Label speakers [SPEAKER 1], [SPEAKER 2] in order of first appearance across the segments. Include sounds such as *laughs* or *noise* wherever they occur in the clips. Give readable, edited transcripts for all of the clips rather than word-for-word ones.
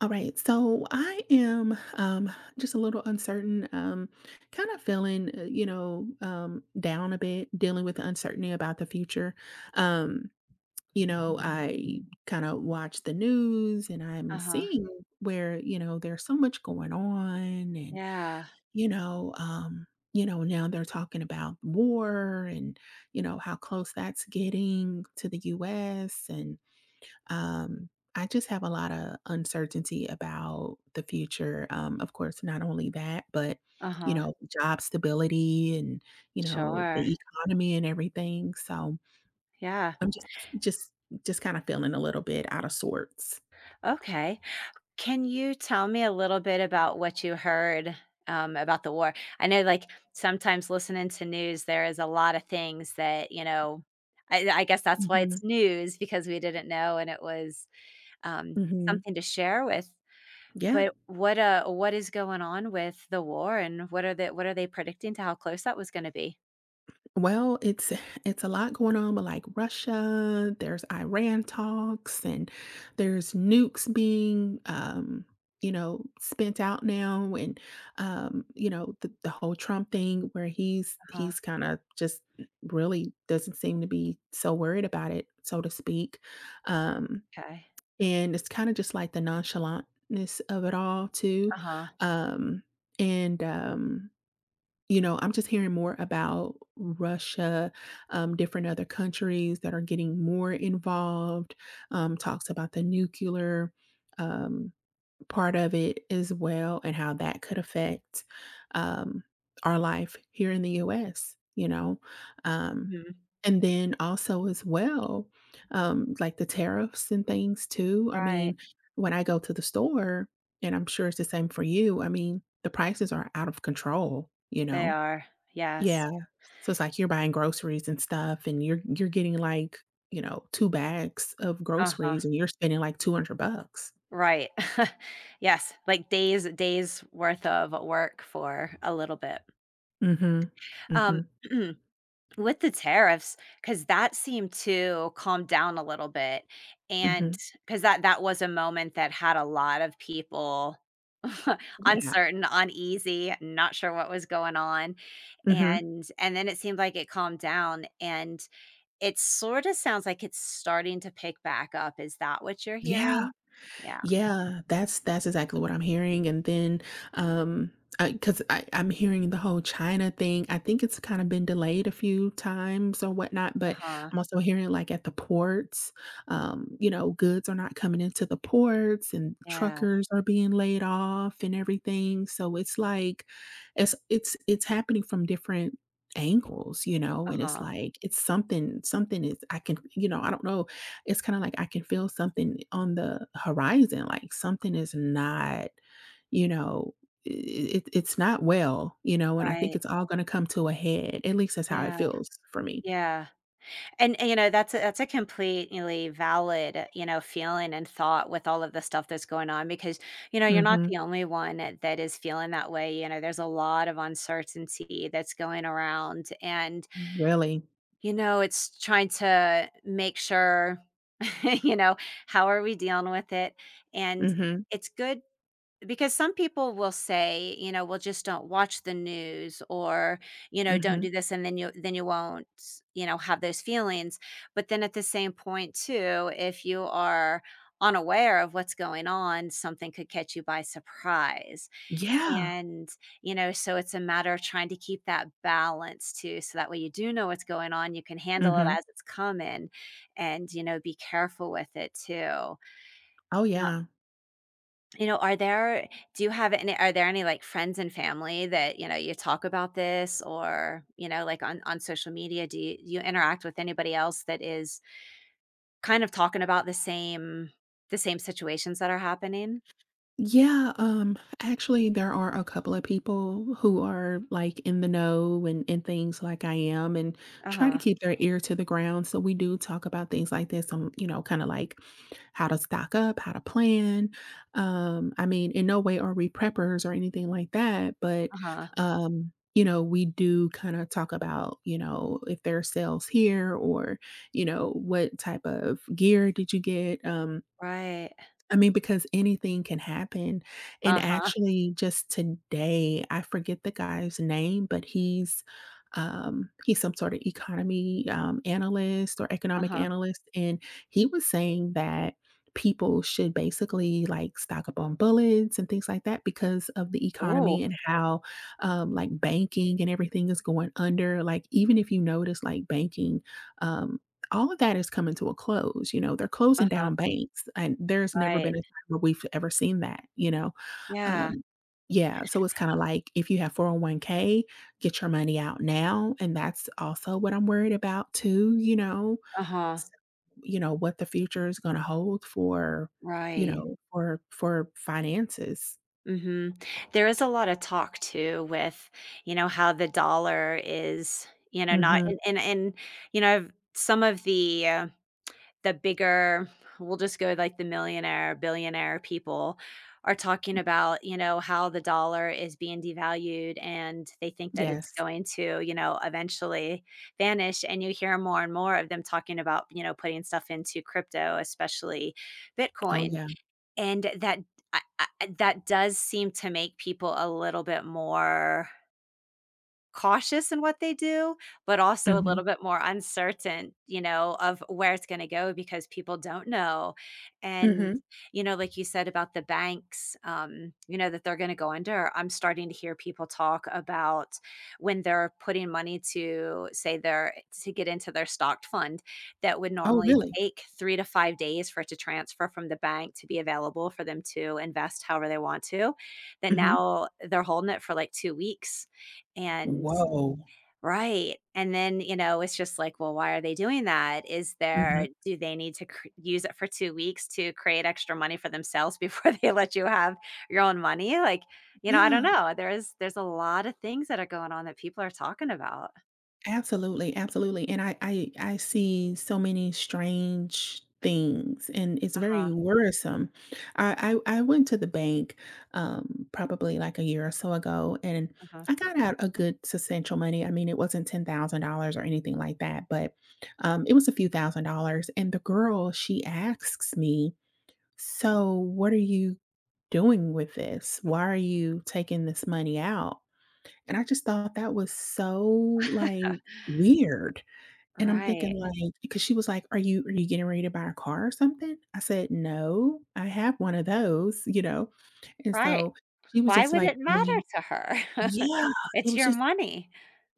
[SPEAKER 1] All right, so I am just a little uncertain, kind of feeling, down a bit, dealing with the uncertainty about the future. Um, I kind of watch the news and I'm
[SPEAKER 2] Uh-huh.
[SPEAKER 1] seeing where, there's so much going on and,
[SPEAKER 2] Yeah.
[SPEAKER 1] you know, um, now they're talking about war and, how close that's getting to the US and um, I just have a lot of uncertainty about the future. Of course, not only that, but you
[SPEAKER 2] Uh-huh.
[SPEAKER 1] know, job stability and you know
[SPEAKER 2] Sure.
[SPEAKER 1] the economy and everything. So
[SPEAKER 2] Yeah.
[SPEAKER 1] I'm just just kind of feeling a little bit out of sorts.
[SPEAKER 2] Okay. Can you tell me a little bit about what you heard about the war? I know, like, sometimes listening to news, there is a lot of things that, you know, I guess that's why
[SPEAKER 1] hmm
[SPEAKER 2] it's news because we didn't know and it was um,
[SPEAKER 1] hmm
[SPEAKER 2] something to share with.
[SPEAKER 1] Yeah.
[SPEAKER 2] But what is going on with the war and what are they predicting to how close that was going to be?
[SPEAKER 1] Well, it's a lot going on. But like Russia, there's Iran talks, and there's nukes being spent out now and the whole Trump thing where
[SPEAKER 2] Uh-huh.
[SPEAKER 1] he's kind of just really doesn't seem to be so worried about it, so to speak. Um,
[SPEAKER 2] Okay.
[SPEAKER 1] and it's kind of just like the nonchalantness of it all too.
[SPEAKER 2] Uh-huh.
[SPEAKER 1] Um, and you know, I'm just hearing more about Russia, different other countries that are getting more involved, talks about the nuclear, um, part of it as well and how that could affect, um, our life here in the US, you know? Um,
[SPEAKER 2] Mhm.
[SPEAKER 1] and then also as well, like the tariffs and things too. I mean,
[SPEAKER 2] Right.
[SPEAKER 1] when I go to the store, and I'm sure it's the same for you, I mean, the prices are out of control, you
[SPEAKER 2] They
[SPEAKER 1] know?
[SPEAKER 2] are. Yes.
[SPEAKER 1] Yeah. So it's like you're buying groceries and stuff, and you're getting, like, you know, 2 bags of
[SPEAKER 2] Uh-huh,
[SPEAKER 1] groceries, and you're spending, like, $200.
[SPEAKER 2] right. *laughs* Yes, like days worth of work for a little bit.
[SPEAKER 1] Mhm.
[SPEAKER 2] Um,
[SPEAKER 1] Mhm.
[SPEAKER 2] *clears throat* with the tariffs, because that seemed to calm down a little bit, and
[SPEAKER 1] Mhm.
[SPEAKER 2] because that was a moment that had a lot of people *laughs*
[SPEAKER 1] Yeah.
[SPEAKER 2] uncertain, uneasy, not sure what was going on,
[SPEAKER 1] Mhm.
[SPEAKER 2] and then it seemed like it calmed down, and it sorta sounds like it's starting to pick back up. Is that what you're
[SPEAKER 1] Yeah.
[SPEAKER 2] hearing? Yeah,
[SPEAKER 1] Yeah, that's exactly what I'm hearing, and then, um, 'cause I'm hearing the whole China thing. I think it's kinda been delayed a few times or whatnot, but
[SPEAKER 2] uh-huh.
[SPEAKER 1] I'm also hearing, like, at the ports, you know, goods are not coming into the ports, and
[SPEAKER 2] Yeah,
[SPEAKER 1] truckers are being laid off and everything, so it's like it's happening from different angles, you know, and it's
[SPEAKER 2] uh-huh,
[SPEAKER 1] like, it's something something is, I can, you know, I don't know, it's kind of like I can feel something on the horizon, like something is not, you know, i- it, it's not well, you know, and I think
[SPEAKER 2] right.
[SPEAKER 1] it's all going to come to a head. At least that's how it
[SPEAKER 2] Yeah,
[SPEAKER 1] feels for me.
[SPEAKER 2] yeah, and, you know, that's a completely valid, feeling and thought with all of the stuff that's going on because, you're not
[SPEAKER 1] hmm
[SPEAKER 2] the only one that is feeling that way, you know, there's a lot of uncertainty that's going around and,
[SPEAKER 1] Really.
[SPEAKER 2] it's trying to make sure, *laughs* you know, how are we dealing with it? And
[SPEAKER 1] hmm
[SPEAKER 2] it's good because some people will say, you know, well, just don't watch the news or, don't
[SPEAKER 1] hmm
[SPEAKER 2] do this and then you won't, you know, have those feelings. But then at the same point too, if you are unaware of what's going on, something could catch you by surprise.
[SPEAKER 1] Yeah.
[SPEAKER 2] And, you know, so it's a matter of trying to keep that balance too. So that way you do know what's going on, you can handle it
[SPEAKER 1] hmm
[SPEAKER 2] as it's coming and, you know, be careful with it too.
[SPEAKER 1] Oh, yeah.
[SPEAKER 2] You know, are there any, like, friends and family that, you know, you talk about this or, you know, like, on social media, do you interact with anybody else that is kind of talking about the same situations that are happening?
[SPEAKER 1] Yeah, actually, there are a couple of people who are like in the know and things like I am and try to
[SPEAKER 2] Uh-huh,
[SPEAKER 1] keep their ear to the ground. So we do talk about things like this on, you know, kind of like how to stock up, how to plan. I mean, in no way are we preppers or anything like that, but
[SPEAKER 2] uh-huh,
[SPEAKER 1] you know, we do kind of talk about, you know, if there are sales here or, you know, what type of gear did you get?
[SPEAKER 2] right.
[SPEAKER 1] I mean, because anything can happen, and
[SPEAKER 2] Uh-huh,
[SPEAKER 1] actually just today, I forget the guy's name, but he's some sort of economy, analyst or economic
[SPEAKER 2] uh-huh.
[SPEAKER 1] analyst, and he was saying that people should basically, like, stock up on bullets and things like that because of the
[SPEAKER 2] Ooh,
[SPEAKER 1] economy and how, like, banking and everything is going under, like, even if you notice, like, um all of that is coming to a close, you know, they're closing
[SPEAKER 2] uh-huh,
[SPEAKER 1] down banks, and there's never
[SPEAKER 2] right.
[SPEAKER 1] been a time where we've ever seen that, you know?
[SPEAKER 2] Yeah,
[SPEAKER 1] Um, yeah, so it's kinda like, if you have 401k, get your money out now, and that's also what I'm worried about too, you know?
[SPEAKER 2] uh-huh,
[SPEAKER 1] S You know, what the future is gonna hold for, you
[SPEAKER 2] right.
[SPEAKER 1] know, for finances.
[SPEAKER 2] Mhm. There is a lot of talk too with, you know, how the dollar is, you know, not
[SPEAKER 1] Mhm.
[SPEAKER 2] and, you know, some of the bigger we'll just go with, like the millionaire, billionaire people are talking about, how the dollar is being devalued and they think that it's
[SPEAKER 1] Yes.
[SPEAKER 2] going to, eventually vanish. And you hear more and more of them talking about, putting stuff into crypto, especially
[SPEAKER 1] Oh,
[SPEAKER 2] Bitcoin.
[SPEAKER 1] yeah.
[SPEAKER 2] And that I that does seem to make people a little bit more cautious in what they do, but also a
[SPEAKER 1] Mhm.
[SPEAKER 2] little bit more uncertain, of where it's gonna go because people don't know. And,
[SPEAKER 1] Mhm.
[SPEAKER 2] like you said about the banks, you know, that they're gonna go under, I'm starting to hear people talk about when they're putting money to say their to get into their stocked fund that would
[SPEAKER 1] Oh,
[SPEAKER 2] normally
[SPEAKER 1] really?
[SPEAKER 2] take 3 to 5 days for it to transfer from the bank to be available for them to invest however they want to, that
[SPEAKER 1] Mhm.
[SPEAKER 2] now they're holding it for, like, 2 weeks. And
[SPEAKER 1] Whoa.
[SPEAKER 2] Right, and then, you know, it's just like, well, why are they doing that? Is
[SPEAKER 1] Mhm.
[SPEAKER 2] there do they need to cr use it for 2 weeks to create extra money for themselves before *laughs* they let you have your own money? Like, I don't
[SPEAKER 1] Yeah.
[SPEAKER 2] know. There's a lot of things that are going on that people are talking about.
[SPEAKER 1] Absolutely, absolutely. And I see so many strange things and it's
[SPEAKER 2] Uh-huh,
[SPEAKER 1] very worrisome. I went to the bank probably like a year or so ago and
[SPEAKER 2] uh-huh.
[SPEAKER 1] I got out a good substantial money. I mean, it wasn't $10,000 or anything like that, but it was a few thousand dollars. And the girl, she asks me, so what are you doing with this? Why are you taking this money out? And I just thought that was so, like, weird, and I'm thinking,
[SPEAKER 2] Right,
[SPEAKER 1] like, because she was like, "Are you getting ready to buy a car or something?" I said, "No, I have one of those," you know? And
[SPEAKER 2] right.
[SPEAKER 1] so she was
[SPEAKER 2] Why
[SPEAKER 1] just,
[SPEAKER 2] would
[SPEAKER 1] like,
[SPEAKER 2] it matter
[SPEAKER 1] really...
[SPEAKER 2] to her? *laughs*
[SPEAKER 1] Yeah, it
[SPEAKER 2] It's
[SPEAKER 1] was
[SPEAKER 2] your
[SPEAKER 1] just...
[SPEAKER 2] money.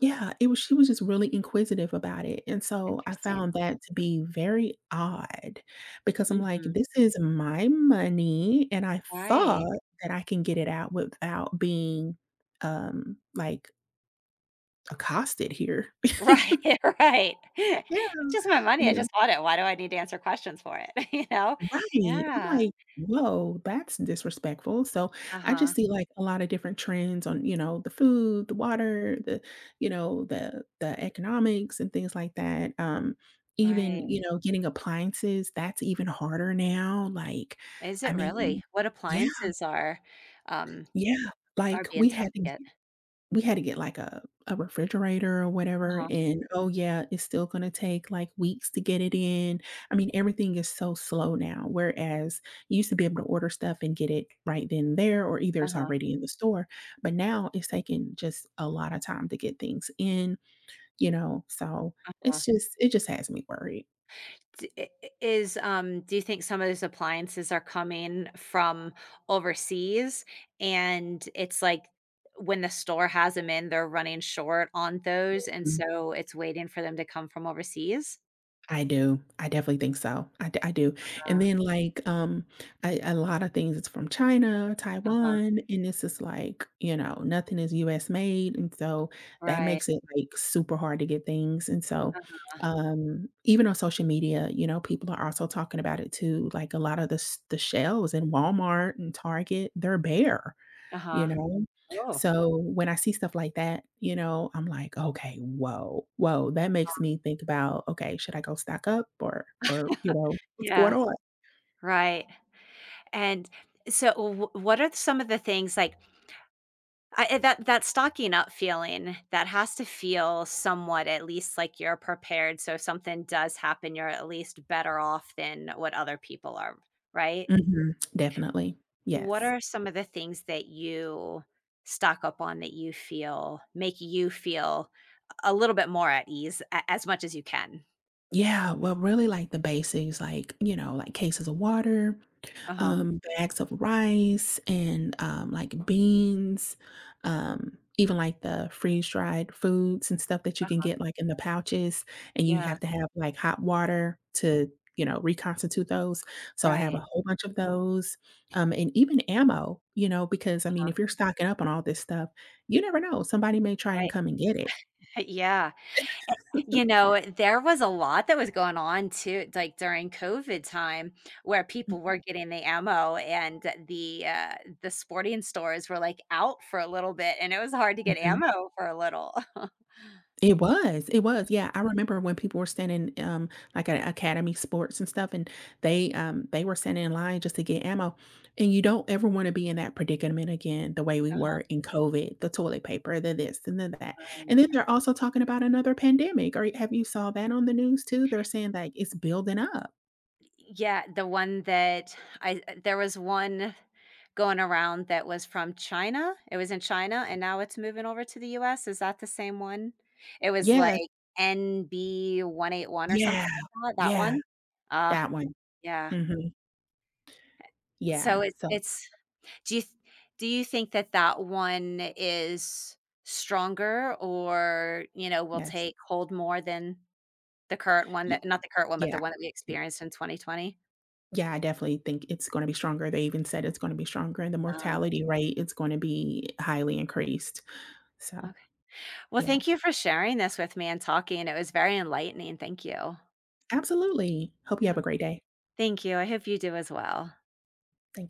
[SPEAKER 1] Yeah, it was she was just really inquisitive about it, and so I
[SPEAKER 2] Interesting.
[SPEAKER 1] found that to be very odd because I'm like,
[SPEAKER 2] Mhm,
[SPEAKER 1] "This is my money," and I
[SPEAKER 2] right.
[SPEAKER 1] thought that I can get it out without being, like, accosted here. *laughs*
[SPEAKER 2] Right, *laughs* right. *laughs*
[SPEAKER 1] Yeah,
[SPEAKER 2] It's just my money,
[SPEAKER 1] you
[SPEAKER 2] I
[SPEAKER 1] know
[SPEAKER 2] just bought it, why do I need to answer questions for it, *laughs* you know?
[SPEAKER 1] right. I'm
[SPEAKER 2] Yeah.
[SPEAKER 1] like, "Whoa, that's disrespectful." So, I just
[SPEAKER 2] Uh-huh.
[SPEAKER 1] see, like, a lot of different trends on, you know, the food, the water, the you know, the economics and things like that. Even,
[SPEAKER 2] Right.
[SPEAKER 1] you know, getting appliances, that's even harder now, like,
[SPEAKER 2] Is
[SPEAKER 1] I
[SPEAKER 2] it
[SPEAKER 1] mean...
[SPEAKER 2] really? What
[SPEAKER 1] Yeah,
[SPEAKER 2] appliances um,
[SPEAKER 1] yeah,
[SPEAKER 2] are
[SPEAKER 1] like,
[SPEAKER 2] being tough to get?
[SPEAKER 1] we had to get like a refrigerator or whatever,
[SPEAKER 2] Uh-huh,
[SPEAKER 1] and oh yeah, it's still gonna take like weeks to get it in. I mean, everything is so slow now, whereas you used to be able to order stuff and get it right then and there, or either it's
[SPEAKER 2] uh-huh, uh, huh.
[SPEAKER 1] already in the store. But now it's taking just a lot of time to get things in, you know. So
[SPEAKER 2] Uh,
[SPEAKER 1] it just has me worried.
[SPEAKER 2] D I is, Do you think some of those appliances are coming from overseas, and it's like when the store has them in, they're running short on those, and so it's waiting for them to come from overseas?
[SPEAKER 1] I do. I definitely think so. I do, and
[SPEAKER 2] Uh,
[SPEAKER 1] then, like, I, a lot of things it's from China,
[SPEAKER 2] uh-huh.
[SPEAKER 1] Taiwan, and it's just like, you know, nothing is US made, and so that
[SPEAKER 2] Right.
[SPEAKER 1] makes it, like, super hard to get things, and so, even on social media, you know, people are also talking about it too, like, a lot of the shelves in Walmart and Target, they're bare. You
[SPEAKER 2] Uh-huh.
[SPEAKER 1] know?
[SPEAKER 2] Oh.
[SPEAKER 1] So, when I see stuff like that, you know, I'm like, "Okay, whoa, whoa." That makes me think about, "Okay, should I go stock up or, you know, what's going
[SPEAKER 2] Yeah,
[SPEAKER 1] on?"
[SPEAKER 2] right. And so w what are some of the things like I eh, that that stocking up feeling, that has to feel somewhat at least like you're prepared, so if something does happen, you're at least better off than what other people are, right?
[SPEAKER 1] Mhm. Definitely.
[SPEAKER 2] What
[SPEAKER 1] Yes.
[SPEAKER 2] are some of the things that you stock up on that you feel make you feel a little bit more at ease a as much as you can?
[SPEAKER 1] Yeah, well, really, like, the basics, like, you know, like, cases of water,
[SPEAKER 2] Uh-huh,
[SPEAKER 1] bags of rice and, like, beans, even, like, the freeze-dried foods and stuff that you can
[SPEAKER 2] uh-huh.
[SPEAKER 1] get, like, in the pouches, and you
[SPEAKER 2] Yeah,
[SPEAKER 1] have to have, like, hot water to, you know, reconstitute those. So I have a
[SPEAKER 2] right,
[SPEAKER 1] whole bunch of those, and even ammo, you know, because, I mean,
[SPEAKER 2] uh-huh,
[SPEAKER 1] if you're stocking up on all this stuff, you never know, somebody may try
[SPEAKER 2] right.
[SPEAKER 1] and
[SPEAKER 2] *laughs*
[SPEAKER 1] come and get it.
[SPEAKER 2] Yeah.
[SPEAKER 1] *laughs*
[SPEAKER 2] There was a lot that was going on too, like during COVID time where people
[SPEAKER 1] Mhm.
[SPEAKER 2] were getting the ammo and the, uh, the sporting stores were like out for a little bit and it was hard to get
[SPEAKER 1] Mhm.
[SPEAKER 2] ammo *laughs* for a little. *laughs*
[SPEAKER 1] Yeah, I remember when people were standing, like, at Academy Sports and stuff, and they were standing in line just to get ammo, and you don't ever wanna be in that predicament again the way we
[SPEAKER 2] Uh-huh,
[SPEAKER 1] were in COVID, the toilet paper, the this and the that, and
[SPEAKER 2] right.
[SPEAKER 1] then they're also talking about another pandemic, or have you saw that on the news too? They're saying, like, it's building up.
[SPEAKER 2] Yeah, there was one going around that was from China. It was in China and now it's moving over to the US. Is that the same one? It was like
[SPEAKER 1] Yes,
[SPEAKER 2] NB181 or something
[SPEAKER 1] yeah,
[SPEAKER 2] like that, that
[SPEAKER 1] yeah,
[SPEAKER 2] one? Uh,
[SPEAKER 1] that one,
[SPEAKER 2] yeah.
[SPEAKER 1] mhm,
[SPEAKER 2] So
[SPEAKER 1] yeah,
[SPEAKER 2] it's
[SPEAKER 1] so,
[SPEAKER 2] it's do you th do you think that that one is stronger or, will
[SPEAKER 1] yes,
[SPEAKER 2] take hold more than the current one
[SPEAKER 1] ye
[SPEAKER 2] that not the current one, but the
[SPEAKER 1] yeah.
[SPEAKER 2] one that we experienced in 2020?
[SPEAKER 1] Yeah, I definitely think it's gonna be stronger. They even said it's gonna be stronger, and the
[SPEAKER 2] Uh,
[SPEAKER 1] mortality rate is gonna be highly increased. So,
[SPEAKER 2] okay. Well,
[SPEAKER 1] yeah,
[SPEAKER 2] thank you for sharing this with me and talking. It was very enlightening. Thank you.
[SPEAKER 1] absolutely. Hope you have
[SPEAKER 2] Yeah.
[SPEAKER 1] a great day.
[SPEAKER 2] Thank you. I hope you do as well.
[SPEAKER 1] Thank